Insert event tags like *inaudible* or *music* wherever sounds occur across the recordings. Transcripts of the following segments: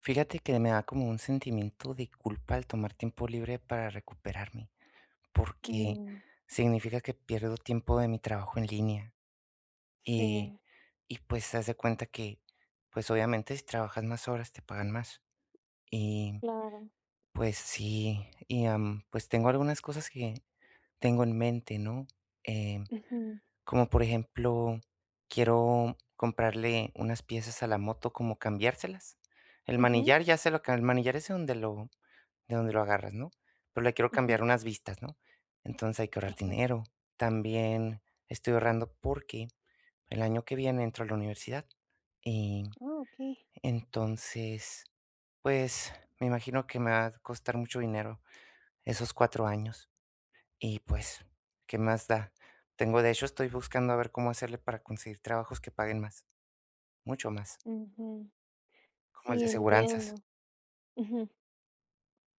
Fíjate que me da como un sentimiento de culpa al tomar tiempo libre para recuperarme, porque Mm, significa que pierdo tiempo de mi trabajo en línea y, sí, y pues haz de cuenta que, pues obviamente si trabajas más horas te pagan más. Y claro. pues sí, y pues tengo algunas cosas que tengo en mente, ¿no? Em, Ujú, como por ejemplo, quiero comprarle unas piezas a la moto, como cambiárselas. El ujú, manillar ya se lo, el manillar es donde lo de dónde lo agarras, ¿no? Pero le quiero ujú, cambiar unas vistas, ¿no? Entonces hay que ahorrar ajá. dinero. También estoy ahorrando porque el año que viene entro a la universidad y Ah, okey. entonces, pues me imagino que me va a costar mucho dinero esos 4 años y pues, ¿qué más da? Tengo, de hecho, estoy buscando a ver cómo hacerle para conseguir trabajos que paguen más, mucho más, Ujú. como el Sí, de aseguranzas. entiendo. Ujú,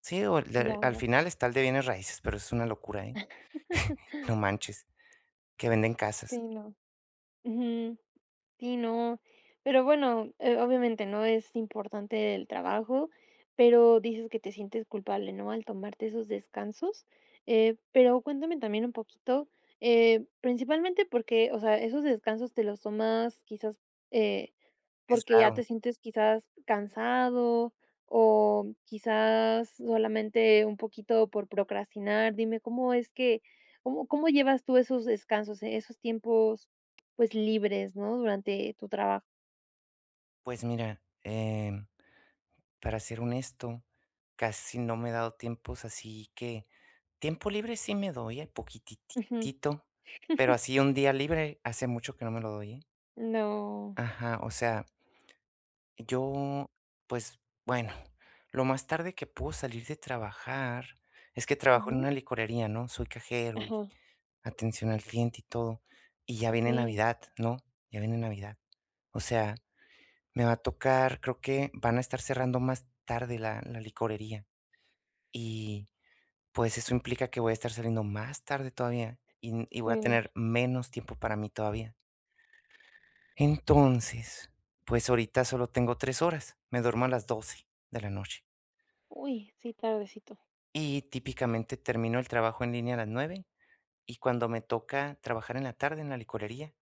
Sí, o el ya de- al veo. final está el de bienes raíces, pero es una locura, ¿eh? *laughs* No manches, que venden casas. Sí, no. Ujú. Sí, no. Pero bueno, obviamente, ¿no? Es importante el trabajo, pero dices que te sientes culpable, ¿no? Al tomarte esos descansos. Pero cuéntame también un poquito, principalmente porque, o sea, esos descansos te los tomas quizás, eh Es Porque ya raro. te sientes quizás cansado o quizás solamente un poquito por procrastinar. Dime, ¿cómo es que cómo llevas tú esos descansos, esos tiempos, pues, libres, no? Durante tu trabajo. Pues mira, para ser honesto, casi no me he dado tiempos así que tiempo libre sí me doy, Ujú. poquititito, pero *laughs* así un día libre hace mucho que no me lo doy, ¿eh? No. Ajá, o sea, yo, pues bueno, lo más tarde que puedo salir de trabajar es que trabajo en Ujú. una licorería, ¿no? Soy cajero y Ajá. atención al cliente y todo. Y ya viene Okey. Navidad, ¿no? Ya viene Navidad. O sea, me va a tocar, creo que van a estar cerrando más tarde la licorería, y, pues, eso implica que voy a estar saliendo más tarde todavía, y voy a Sí. tener menos tiempo para mí todavía. Entonces, pues, ahorita solo tengo 3 horas, me duermo a las 12 de la noche, Uy, sí, tardecito. y típicamente termino el trabajo en línea a las 9 y cuando me toca trabajar en la tarde en la licorería,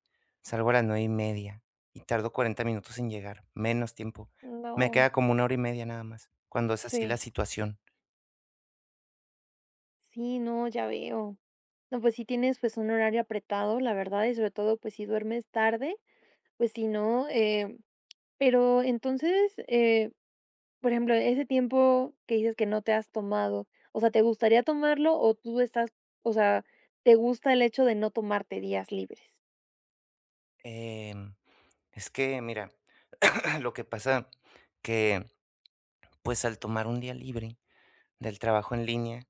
salgo a las 9:30 y tardo 40 minutos en llegar, menos tiempo. Me No. queda como 1 hora y media nada más, cuando es así la Sí. situación. Sí, no, ya veo. No, pues sí tienes, pues, un horario apretado, la verdad, y sobre todo, pues, si duermes tarde. Pues sí, ¿no? Pero entonces, por ejemplo, ese tiempo que dices que no te has tomado, o sea, ¿te gustaría tomarlo o tú estás, o sea, te gusta el hecho de no tomarte días libres? Em, es que mira, *clears throat* lo que pasa que, pues, al tomar un día libre del trabajo en línea,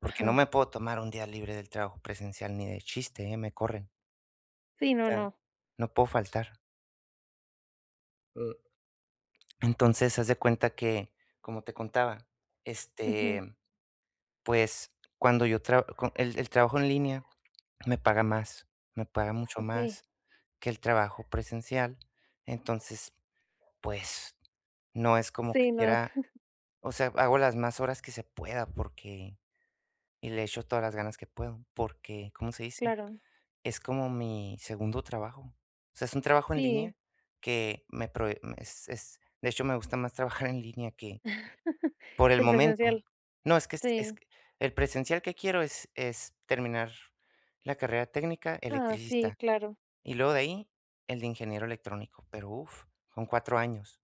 porque no Ajá. me puedo tomar un día libre del trabajo presencial ni de chiste, ¿eh? Me corren. Sí, O no, sea, no. no puedo faltar. Mm, entonces, haz de cuenta que, como te contaba, Ujú. este, pues, cuando yo tra el trabajo en línea me paga más, me paga mucho más Okey. que el trabajo presencial. Entonces, pues, no es como que Sí, no, quiera. O sea, hago las más horas que se pueda porque y le echo todas las ganas que puedo, porque, ¿cómo se dice? claro. Es como mi segundo trabajo. O sea, es un trabajo en Sí. línea que es de hecho, me gusta más trabajar en línea que *laughs* por el El momento. presencial. No, es que es es Sí. que el presencial que quiero es terminar la carrera técnica Ah, sí, electricista, claro. y luego de ahí, el de ingeniero electrónico, pero uf, son 4 años.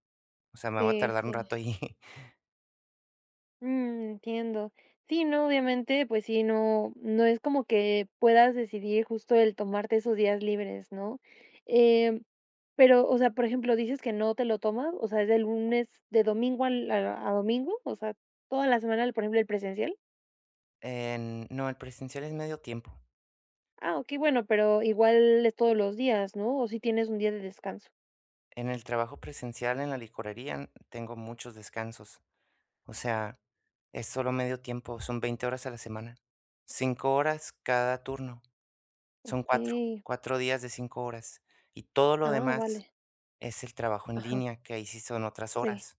O sea, me voy a Sí, tardar un sí. rato ahí. *laughs* Mm, entiendo. Sí, no, obviamente, pues sí, no, no es como que puedas decidir justo el tomarte esos días libres, ¿no? Em, pero, o sea, por ejemplo, dices que no te lo tomas, o sea, es de lunes, de domingo a domingo, o sea, toda la semana, por ejemplo, el presencial. En no, el presencial es medio tiempo. Ah, ok, bueno, pero igual es todos los días, ¿no? O si tienes un día de descanso. En el trabajo presencial en la licorería tengo muchos descansos. O sea, es solo medio tiempo, son 20 horas a la semana, 5 horas cada turno, son Ok. cuatro días de 5 horas. Y todo lo Ah, demás vale. es el trabajo en Ajá. línea, que ahí sí son otras Sí. horas,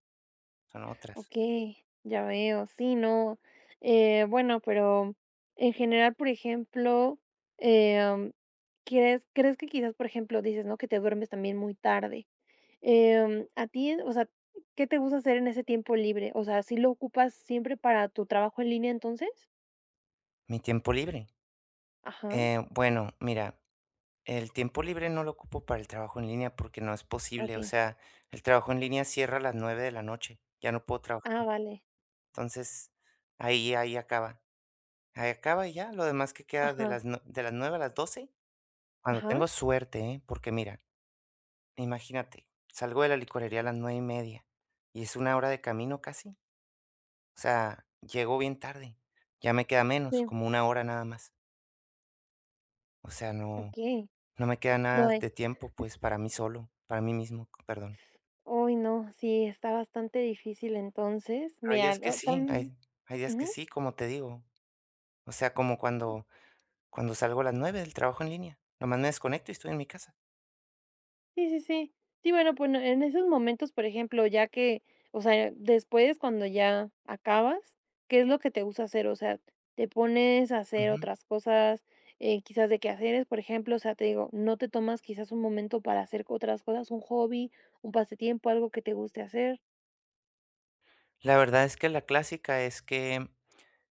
son otras. Okey, ya veo. Sí, no. Bueno, pero en general, por ejemplo, em, ¿crees que quizás, por ejemplo, dices, ¿no?, que te duermes también muy tarde? A ti, o sea, ¿qué te gusta hacer en ese tiempo libre? O sea, ¿sí lo ocupas siempre para tu trabajo en línea, entonces? Mi tiempo libre. Ajá, Bueno, mira, el tiempo libre no lo ocupo para el trabajo en línea porque no es posible. O okey. sea, el trabajo en línea cierra a las 9 de la noche, ya no puedo trabajar. Ah, vale. Entonces, ahí, ahí acaba. Ahí acaba y ya, lo demás que queda de Ajá, las 9 a las 12, cuando ajá. tengo suerte, ¿eh? Porque mira, imagínate, salgo de la licorería a las 9:30 y es 1 hora de camino casi, o sea, llego bien tarde, ya me queda menos, Sí, como 1 hora nada más, o sea, no okey. no me queda No nada hay. de tiempo, pues, para mí solo, para mí mismo, perdón. Uy, no, sí, está bastante difícil, entonces. Pero hay Mira, días que lo sí, también hay días que ujú. sí, como te digo, o sea, como cuando salgo a las 9 del trabajo en línea, nomás me desconecto y estoy en mi casa. Sí, sí, sí. Sí, bueno, pues, no en esos momentos, por ejemplo, ya que, o sea, después cuando ya acabas, ¿qué es lo que te gusta hacer? O sea, ¿te pones a hacer otras cosas, quizás de quehaceres, por ejemplo? O sea, te digo, ¿no te tomas quizás un momento para hacer otras cosas, un hobby, un pasatiempo, algo que te guste hacer? La verdad es que la clásica es que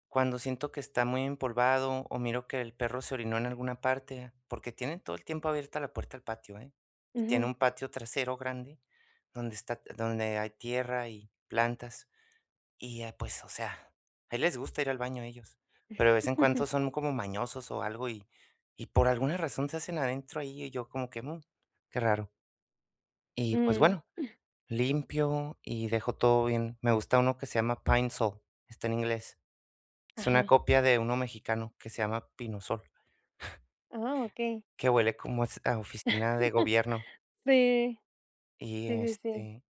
cuando siento que está muy empolvado o miro que el perro se orinó en alguna parte, porque tienen todo el tiempo abierta la puerta al patio, ¿eh? Y tiene Ujú. un patio trasero grande donde está, donde hay tierra y plantas. Pues, o sea, a les gusta ir al baño a ellos, pero de vez en cuando *laughs* son como mañosos o algo y por alguna razón se hacen adentro ahí y yo como que, "Mm, qué raro". Y pues Mm, bueno, limpio y dejo todo bien. Me gusta uno que se llama Pine Sol, está en inglés. Es una ajá. copia de uno mexicano que se llama Pinosol, Ah, okey. que huele como a oficina de *laughs* gobierno. Sí, Y sí, sí, sí. este,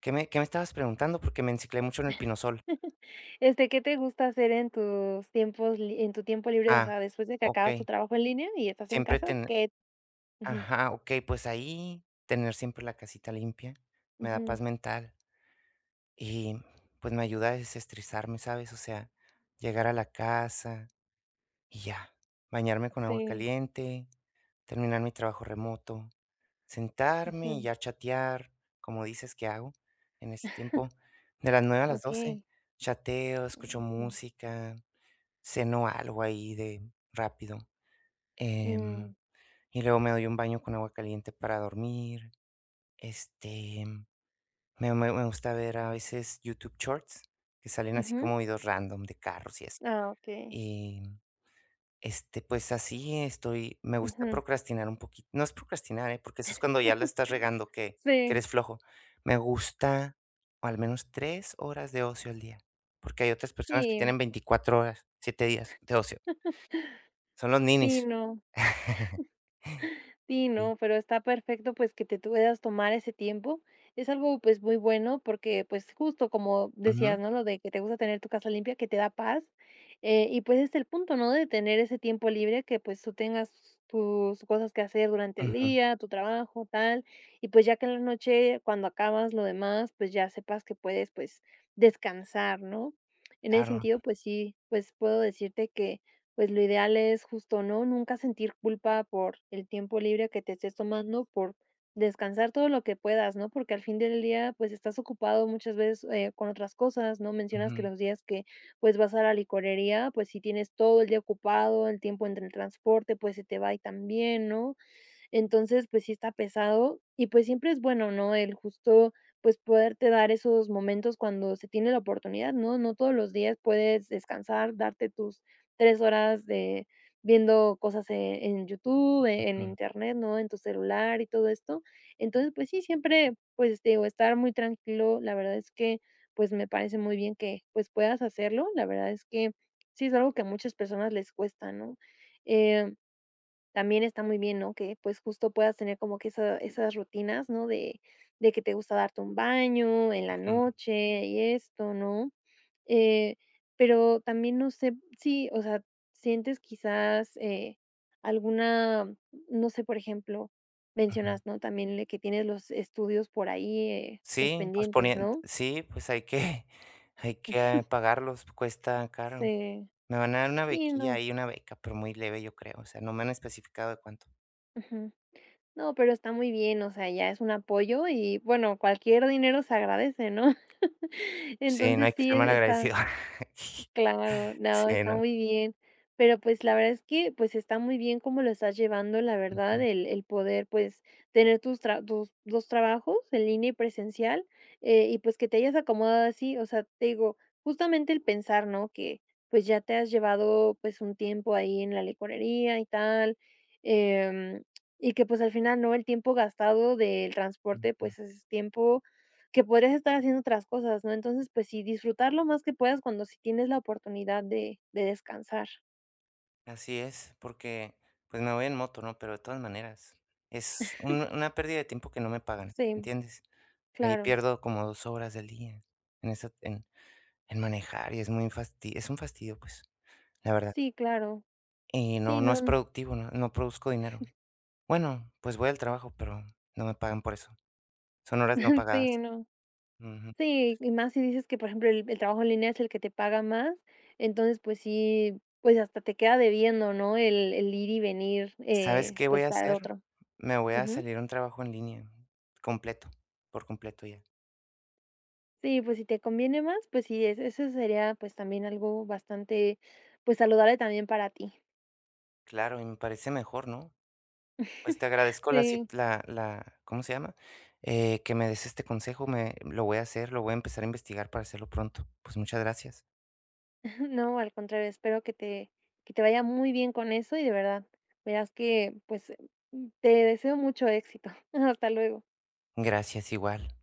¿¿qué me estabas preguntando? Porque me enciclé mucho en el Pinosol. *laughs* Este, ¿qué te gusta hacer en tus tiempos li en tu tiempo libre? O Ah, sea, después de que acabas ok. tu trabajo en línea y estás en Siempre casa, tener, ¿qué? Ujú, ajá, ok, pues ahí tener siempre la casita limpia me da ujú, paz mental y pues me ayuda a desestresarme, ¿sabes? O sea, llegar a la casa y ya, bañarme con agua sí, caliente, terminar mi trabajo remoto, sentarme y ujú, ya chatear, como dices que hago en ese tiempo, de las 9 a las 12 okey, chateo, escucho ujú, música, ceno algo ahí de rápido, em, mm, y luego me doy un baño con agua caliente para dormir. Este, me gusta ver a veces YouTube Shorts, que salen así ujú, como videos random de carros y eso. ah, okey, Y pues así estoy, me gusta ujú. procrastinar un poquito, no es procrastinar, ¿eh? Porque eso es cuando ya la *laughs* estás regando que Sí, eres flojo. Me gusta al menos 3 horas de ocio al día, porque hay otras personas que sí, tienen 24 horas, 7 días de ocio. Son los sí, ninis. no. *laughs* Sí, Sí. no, pero está perfecto, pues, que te puedas tomar ese tiempo. Es algo, pues, muy bueno porque, pues, justo como decías, Ujú, ¿no? Lo de que te gusta tener tu casa limpia, que te da paz. Y, pues, es el punto, ¿no? De tener ese tiempo libre que, pues, tú tengas tus cosas que hacer durante el ujú, día, tu trabajo, tal. Y, pues, ya que en la noche, cuando acabas lo demás, pues, ya sepas que puedes, pues, descansar, ¿no? En ese claro. sentido, pues sí, pues, puedo decirte que pues lo ideal es justo, ¿no? Nunca sentir culpa por el tiempo libre que te estés tomando, por descansar todo lo que puedas, ¿no? Porque al fin del día, pues estás ocupado muchas veces con otras cosas, ¿no? Mencionas que Ujú, los días que pues vas a la licorería, pues si tienes todo el día ocupado, el tiempo entre el transporte, pues se te va y también, ¿no? Entonces, pues sí está pesado y pues siempre es bueno, ¿no? El justo, pues poderte dar esos momentos cuando se tiene la oportunidad, ¿no? No todos los días puedes descansar, darte tus 3 horas de viendo cosas en YouTube, en ujú, internet, ¿no? En tu celular y todo esto. Entonces, pues sí, siempre, pues, te digo, estar muy tranquilo, la verdad es que, pues, me parece muy bien que, pues, puedas hacerlo. La verdad es que sí es algo que a muchas personas les cuesta, ¿no? Eh también está muy bien, ¿no? Que, pues, justo puedas tener como que esas rutinas, ¿no? De que te gusta darte un baño en la ujú, noche y esto, ¿no? Eh, pero también no sé sí, o sea, sientes quizás, alguna, no sé, por ejemplo, ujú. mencionas, ¿no? También le que tienes los estudios por ahí, pues Sí, pues pendientes, poniendo ¿no? sí, pues hay que *laughs* hay que pagarlos, cuesta caro. Sí. Me van a dar una Sí, bequilla no. ahí, una beca, pero muy leve, yo creo, o sea, no me han especificado de cuánto. Ujú. No, pero está muy bien, o sea, ya es un apoyo y, bueno, cualquier dinero se agradece, ¿no? *laughs* Sí, no Entonces hay que sí, ser es mal agradecido. está. *laughs* Claro, no, Sí, está no. muy bien. Pero, pues, la verdad es que, pues, está muy bien cómo lo estás llevando, la verdad, Ujú, el poder, pues, tener tus 2 trabajos, en línea y presencial, y, pues, que te hayas acomodado así. O sea, te digo, justamente el pensar, ¿no?, que, pues, ya te has llevado, pues, un tiempo ahí en la licorería y tal, em, y que, pues, al final, ¿no?, el tiempo gastado del transporte, ujú. pues, es tiempo que podrías estar haciendo otras cosas, ¿no? Entonces, pues sí, disfrutar lo más que puedas cuando sí tienes la oportunidad de descansar. Así es, porque, pues, me voy en moto, ¿no? Pero de todas maneras, es un una pérdida de tiempo que no me pagan, Sí, ¿entiendes? Ahí claro. pierdo como 2 horas del día en esa en manejar y es muy fasti es un fastidio, pues, la verdad. Sí, claro. Y no Sí, no es no, productivo, no produzco dinero. Bueno, pues voy al trabajo, pero no me pagan por eso. Son horas no *laughs* sí, pagadas. no. Ujú. Sí, y más si dices que, por ejemplo, el trabajo en línea es el que te paga más, entonces, pues sí, pues hasta te queda debiendo, ¿no? El ir y venir, ¿Sabes qué voy a pues al hacer? otro. Me voy a Ujú. salir a un trabajo en línea, completo, por completo ya. Sí, pues si te conviene más, pues sí, es eso sería, pues también algo bastante, pues saludable también para ti. Claro, y me parece mejor, ¿no? Pues *laughs* te agradezco la, Sí. ¿Cómo se llama? Que me des este consejo, lo voy a hacer, lo voy a empezar a investigar para hacerlo pronto. Pues muchas gracias. *laughs* No, al contrario, espero que te vaya muy bien con eso y de verdad, verás que, pues, mm, te deseo mucho éxito. *laughs* Hasta luego. Gracias igual.